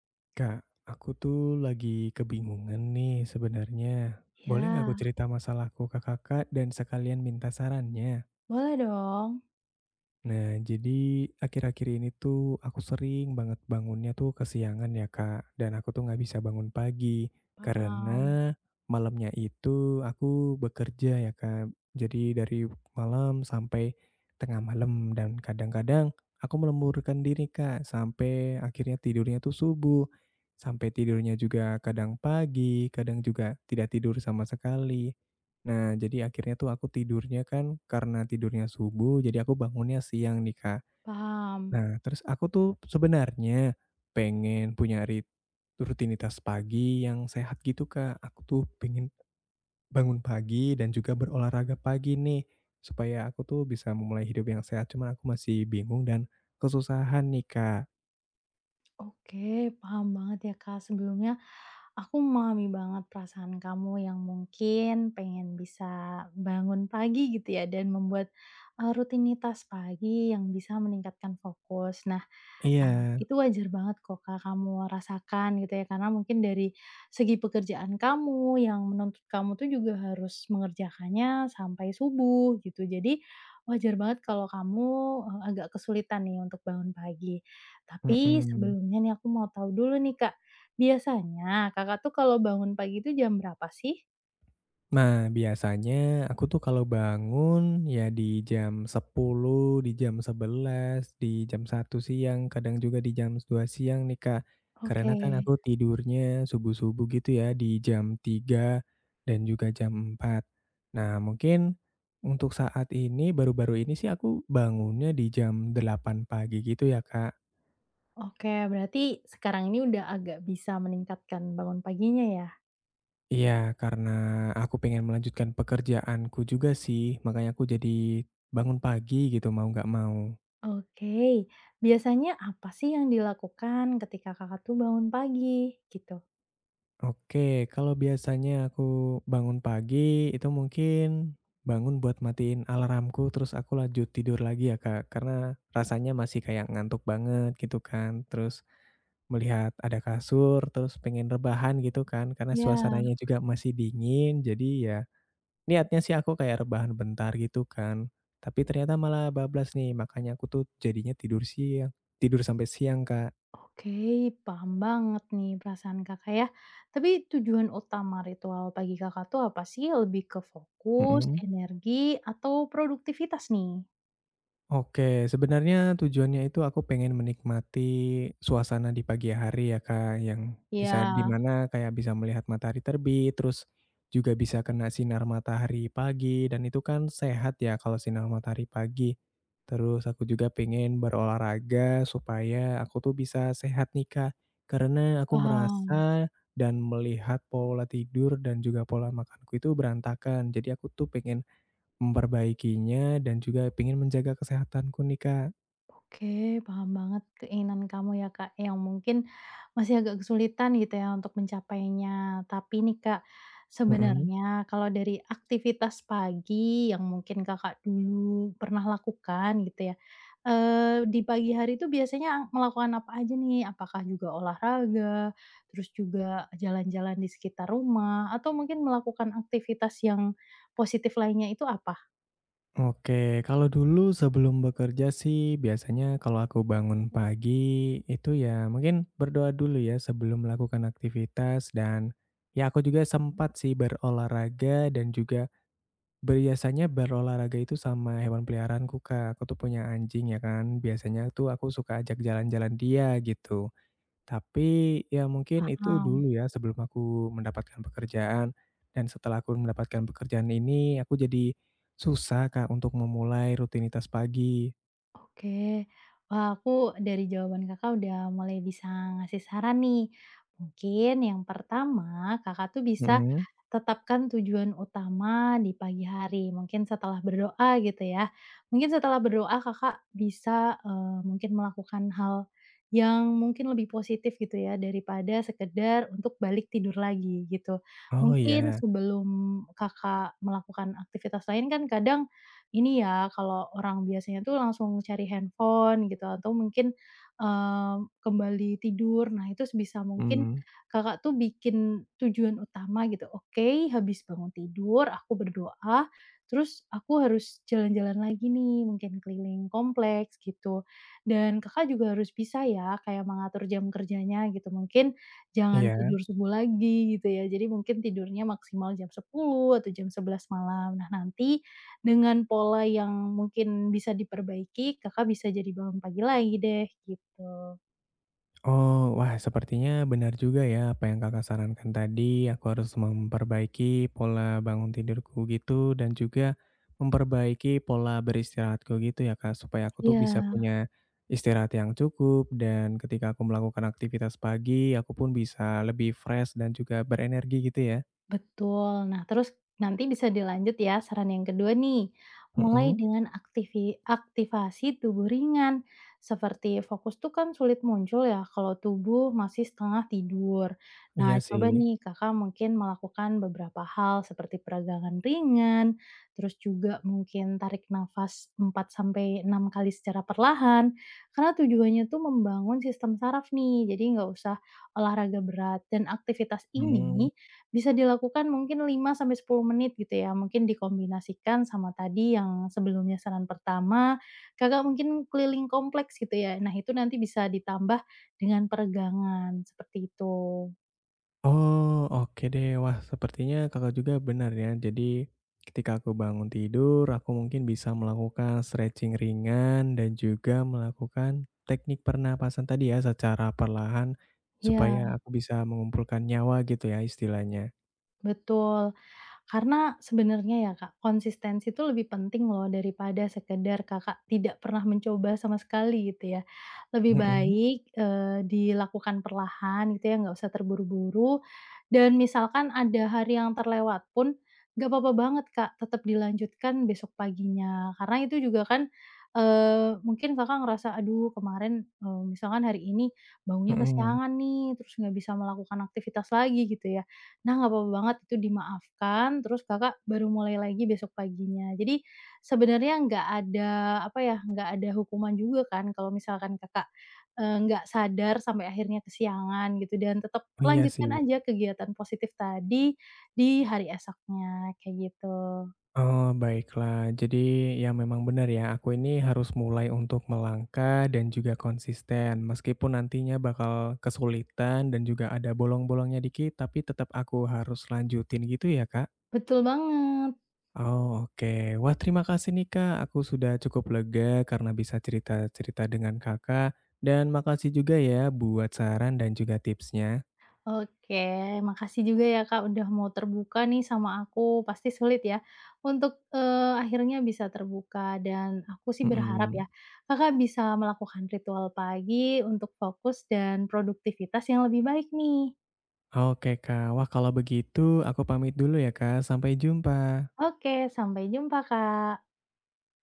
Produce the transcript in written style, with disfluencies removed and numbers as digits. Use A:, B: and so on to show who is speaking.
A: Kak, aku tuh lagi kebingungan nih sebenarnya. Boleh nggak aku
B: Ya,
A: cerita masalahku ke kakak dan sekalian minta sarannya?
B: boleh dong.
A: Nah, jadi akhir-akhir ini tuh aku sering banget bangunnya tuh kesiangan ya, Kak. Dan aku tuh nggak bisa bangun pagi
B: Paham,
A: karena malamnya itu aku bekerja ya, Kak. Jadi dari malam sampai tengah malam dan kadang-kadang aku melemburkan diri, Kak, sampai akhirnya tidurnya tuh subuh. Sampai tidurnya juga kadang pagi, kadang juga tidak tidur sama sekali. Nah, jadi akhirnya tuh aku tidurnya kan karena tidurnya subuh, jadi aku bangunnya siang nih, Kak.
B: paham.
A: Nah, terus aku tuh sebenarnya pengen punya rutinitas pagi yang sehat gitu, Kak. Aku tuh pengen bangun pagi dan juga berolahraga pagi nih, supaya aku tuh bisa memulai hidup yang sehat. Cuman aku masih bingung dan kesusahan nih, Kak.
B: Oke, paham banget ya, Kak. Sebelumnya aku memahami banget perasaan kamu yang mungkin pengen bisa bangun pagi gitu ya dan membuat, rutinitas pagi yang bisa meningkatkan fokus. Nah,
A: Iya,
B: itu wajar banget kok, Kak, kamu rasakan gitu ya karena mungkin dari segi pekerjaan kamu yang menuntut kamu tuh juga harus mengerjakannya sampai subuh gitu. Jadi wajar banget kalau kamu, agak kesulitan nih untuk bangun pagi. Tapi
A: mhm.
B: sebelumnya nih aku mau tahu dulu nih Kak, biasanya Kakak tuh kalau bangun pagi itu jam berapa sih?
A: Nah, biasanya aku tuh kalau bangun ya di jam 10, di jam 11, di jam 1 siang, kadang juga di jam 2 siang nih, Kak.
B: Oke.
A: Karena kan aku tidurnya subuh-subuh gitu ya di jam 3 dan juga jam 4. Nah, mungkin untuk saat ini baru-baru ini sih aku bangunnya di jam 8 pagi gitu ya, Kak.
B: Oke, berarti sekarang ini udah agak bisa meningkatkan bangun paginya ya?
A: Iya, karena aku pengen melanjutkan pekerjaanku juga sih, makanya aku jadi bangun pagi gitu mau nggak mau.
B: Oke, biasanya apa sih yang dilakukan ketika Kakak tuh bangun pagi gitu?
A: Oke, kalau biasanya aku bangun pagi itu mungkin bangun buat matiin alarmku terus aku lanjut tidur lagi ya Kak, karena rasanya masih kayak ngantuk banget gitu kan. Terus melihat ada kasur, terus pengen rebahan gitu kan, karena
B: Ya.
A: suasananya juga masih dingin. Jadi ya niatnya sih aku kayak rebahan bentar gitu kan. Tapi ternyata malah bablas nih, makanya aku tuh jadinya tidur siang, tidur sampai siang Kak.
B: Oke, paham banget nih perasaan Kakak ya. Tapi tujuan utama ritual pagi Kakak tuh apa sih? Lebih ke fokus,
A: Mhm.
B: energi, atau produktivitas nih?
A: Oke, sebenarnya tujuannya itu aku pengen menikmati suasana di pagi hari ya Kak, yang di saat di
B: Ya.
A: mana kayak bisa melihat matahari terbit, terus juga bisa kena sinar matahari pagi dan itu kan sehat ya kalau sinar matahari pagi. Terus aku juga pengen berolahraga supaya aku tuh bisa sehat nih Kak, karena aku
B: Paham.
A: merasa dan melihat pola tidur dan juga pola makanku itu berantakan. Jadi aku tuh pengen memperbaikinya dan juga pengen menjaga kesehatanku nih, Kak.
B: Oke, paham banget keinginan kamu ya, Kak, yang mungkin masih agak kesulitan gitu ya untuk mencapainya. Tapi nih, Kak,
A: Mhm.
B: sebenarnya kalau dari aktivitas pagi yang mungkin Kakak dulu pernah lakukan gitu ya, di pagi hari itu biasanya melakukan apa aja nih? Apakah juga olahraga, terus juga jalan-jalan di sekitar rumah, atau mungkin melakukan aktivitas yang positif lainnya itu apa?
A: Oke, kalau dulu sebelum bekerja sih biasanya kalau aku bangun pagi itu ya mungkin berdoa dulu ya sebelum melakukan aktivitas dan ya aku juga sempat sih berolahraga dan juga biasanya berolahraga itu sama hewan peliharaanku, Kak. Aku tuh punya anjing ya kan, biasanya tuh aku suka ajak jalan-jalan dia gitu. Tapi, ya mungkin itu
B: Paham.
A: dulu ya sebelum aku mendapatkan pekerjaan, dan setelah aku mendapatkan pekerjaan ini aku jadi susah Kak untuk memulai rutinitas pagi.
B: Oke. Wah, aku dari jawaban Kakak udah mulai bisa ngasih saran nih. Mungkin yang pertama, Kakak tuh bisa
A: Mhm.
B: tetapkan tujuan utama di pagi hari. Mungkin setelah berdoa gitu ya. Mungkin setelah berdoa Kakak bisa, mungkin melakukan hal yang mungkin lebih positif gitu ya, daripada sekedar untuk balik tidur lagi gitu.
A: Oh
B: Mungkin
A: iya,
B: sebelum Kakak melakukan aktivitas lain kan kadang ini ya, kalau orang biasanya tuh langsung cari handphone gitu atau mungkin, eee, kembali tidur. Nah, itu sebisa mungkin
A: mhm,
B: Kakak tuh bikin tujuan utama gitu, "Oke, habis bangun tidur aku berdoa, terus aku harus jalan-jalan lagi nih, mungkin keliling kompleks," gitu. Dan Kakak juga harus bisa ya kayak mengatur jam kerjanya gitu, mungkin jangan
A: iya.
B: tidur subuh lagi gitu ya. Jadi mungkin tidurnya maksimal jam 10 atau jam 11 malam. Nah, nanti dengan pola yang mungkin bisa diperbaiki, Kakak bisa jadi bangun pagi lagi deh, gitu.
A: Oh, wah sepertinya benar juga ya apa yang Kakak sarankan tadi, aku harus memperbaiki pola bangun tidurku gitu dan juga memperbaiki pola beristirahatku gitu ya Kak, supaya aku tuh bisa
B: Iya.
A: punya istirahat yang cukup dan ketika aku melakukan aktivitas pagi, aku pun bisa lebih fresh dan juga berenergi gitu ya?
B: Betul. Nah, terus nanti bisa dilanjut ya saran yang kedua nih. Mulai
A: Mhm,
B: dengan aktivasi tubuh ringan. Seperti fokus tuh kan sulit muncul ya kalau tubuh masih setengah tidur.
A: iya
B: Nah, coba
A: sih.
B: nih Kakak mungkin melakukan beberapa hal seperti peregangan ringan, terus juga mungkin tarik nafas 4 sampai 6 kali secara perlahan. Karena tujuannya tuh membangun sistem saraf nih. Jadi nggak usah olahraga berat dan aktivitas
A: Hmm.
B: ini bisa dilakukan mungkin 5 sampai 10 menit gitu ya, mungkin dikombinasikan sama tadi yang sebelumnya saran pertama, Kakak mungkin keliling kompleks gitu ya. Nah itu nanti bisa ditambah dengan peregangan, seperti itu.
A: Oh, oke deh. Wah, sepertinya Kakak juga benar ya. Jadi, ketika aku bangun tidur, aku mungkin bisa melakukan stretching ringan dan juga melakukan teknik pernapasan tadi ya secara perlahan
B: Iya,
A: supaya aku bisa mengumpulkan nyawa gitu ya istilahnya.
B: betul. Karena sebenarnya ya Kak, konsistensi itu lebih penting loh daripada sekedar Kakak tidak pernah mencoba sama sekali gitu ya. Lebih
A: Mhm,
B: baik, dilakukan perlahan gitu ya, nggak usah terburu-buru, dan misalkan ada hari yang terlewat pun, nggak apa-apa banget Kak, tetap dilanjutkan besok paginya. Karena itu juga kan, mungkin Kakak ngerasa, "Aduh kemarin," misalkan hari ini, "bangunnya
A: mhm.
B: kesiangan nih, terus nggak bisa melakukan aktivitas lagi," gitu ya. Nah, nggak apa-apa banget itu dimaafkan, terus Kakak baru mulai lagi besok paginya. Jadi, sebenarnya nggak ada, apa ya, nggak ada hukuman juga kan kalau misalkan Kakak, nggak sadar sampai akhirnya kesiangan gitu dan tetap
A: Oh, iya
B: lanjutkan
A: sih.
B: aja kegiatan positif tadi di hari esoknya, kayak gitu.
A: Oh, baiklah. Jadi ya memang benar ya, aku ini harus mulai untuk melangkah dan juga konsisten. Meskipun nantinya bakal kesulitan dan juga ada bolong-bolongnya dikit, tapi tetap aku harus lanjutin gitu ya, Kak?
B: Betul banget.
A: Oh, oke. Wah, terima kasih nih, Kak. Aku sudah cukup lega karena bisa cerita-cerita dengan Kakak. Dan makasih juga ya buat saran dan juga tipsnya.
B: Oke, makasih juga ya Kak udah mau terbuka nih sama aku. Pasti sulit ya untuk, akhirnya bisa terbuka dan aku sih berharap
A: Mhm.
B: ya Kakak bisa melakukan ritual pagi untuk fokus dan produktivitas yang lebih baik nih.
A: Oke, Kak. Wah, kalau begitu aku pamit dulu ya, Kak. Sampai jumpa.
B: Oke, sampai jumpa Kak.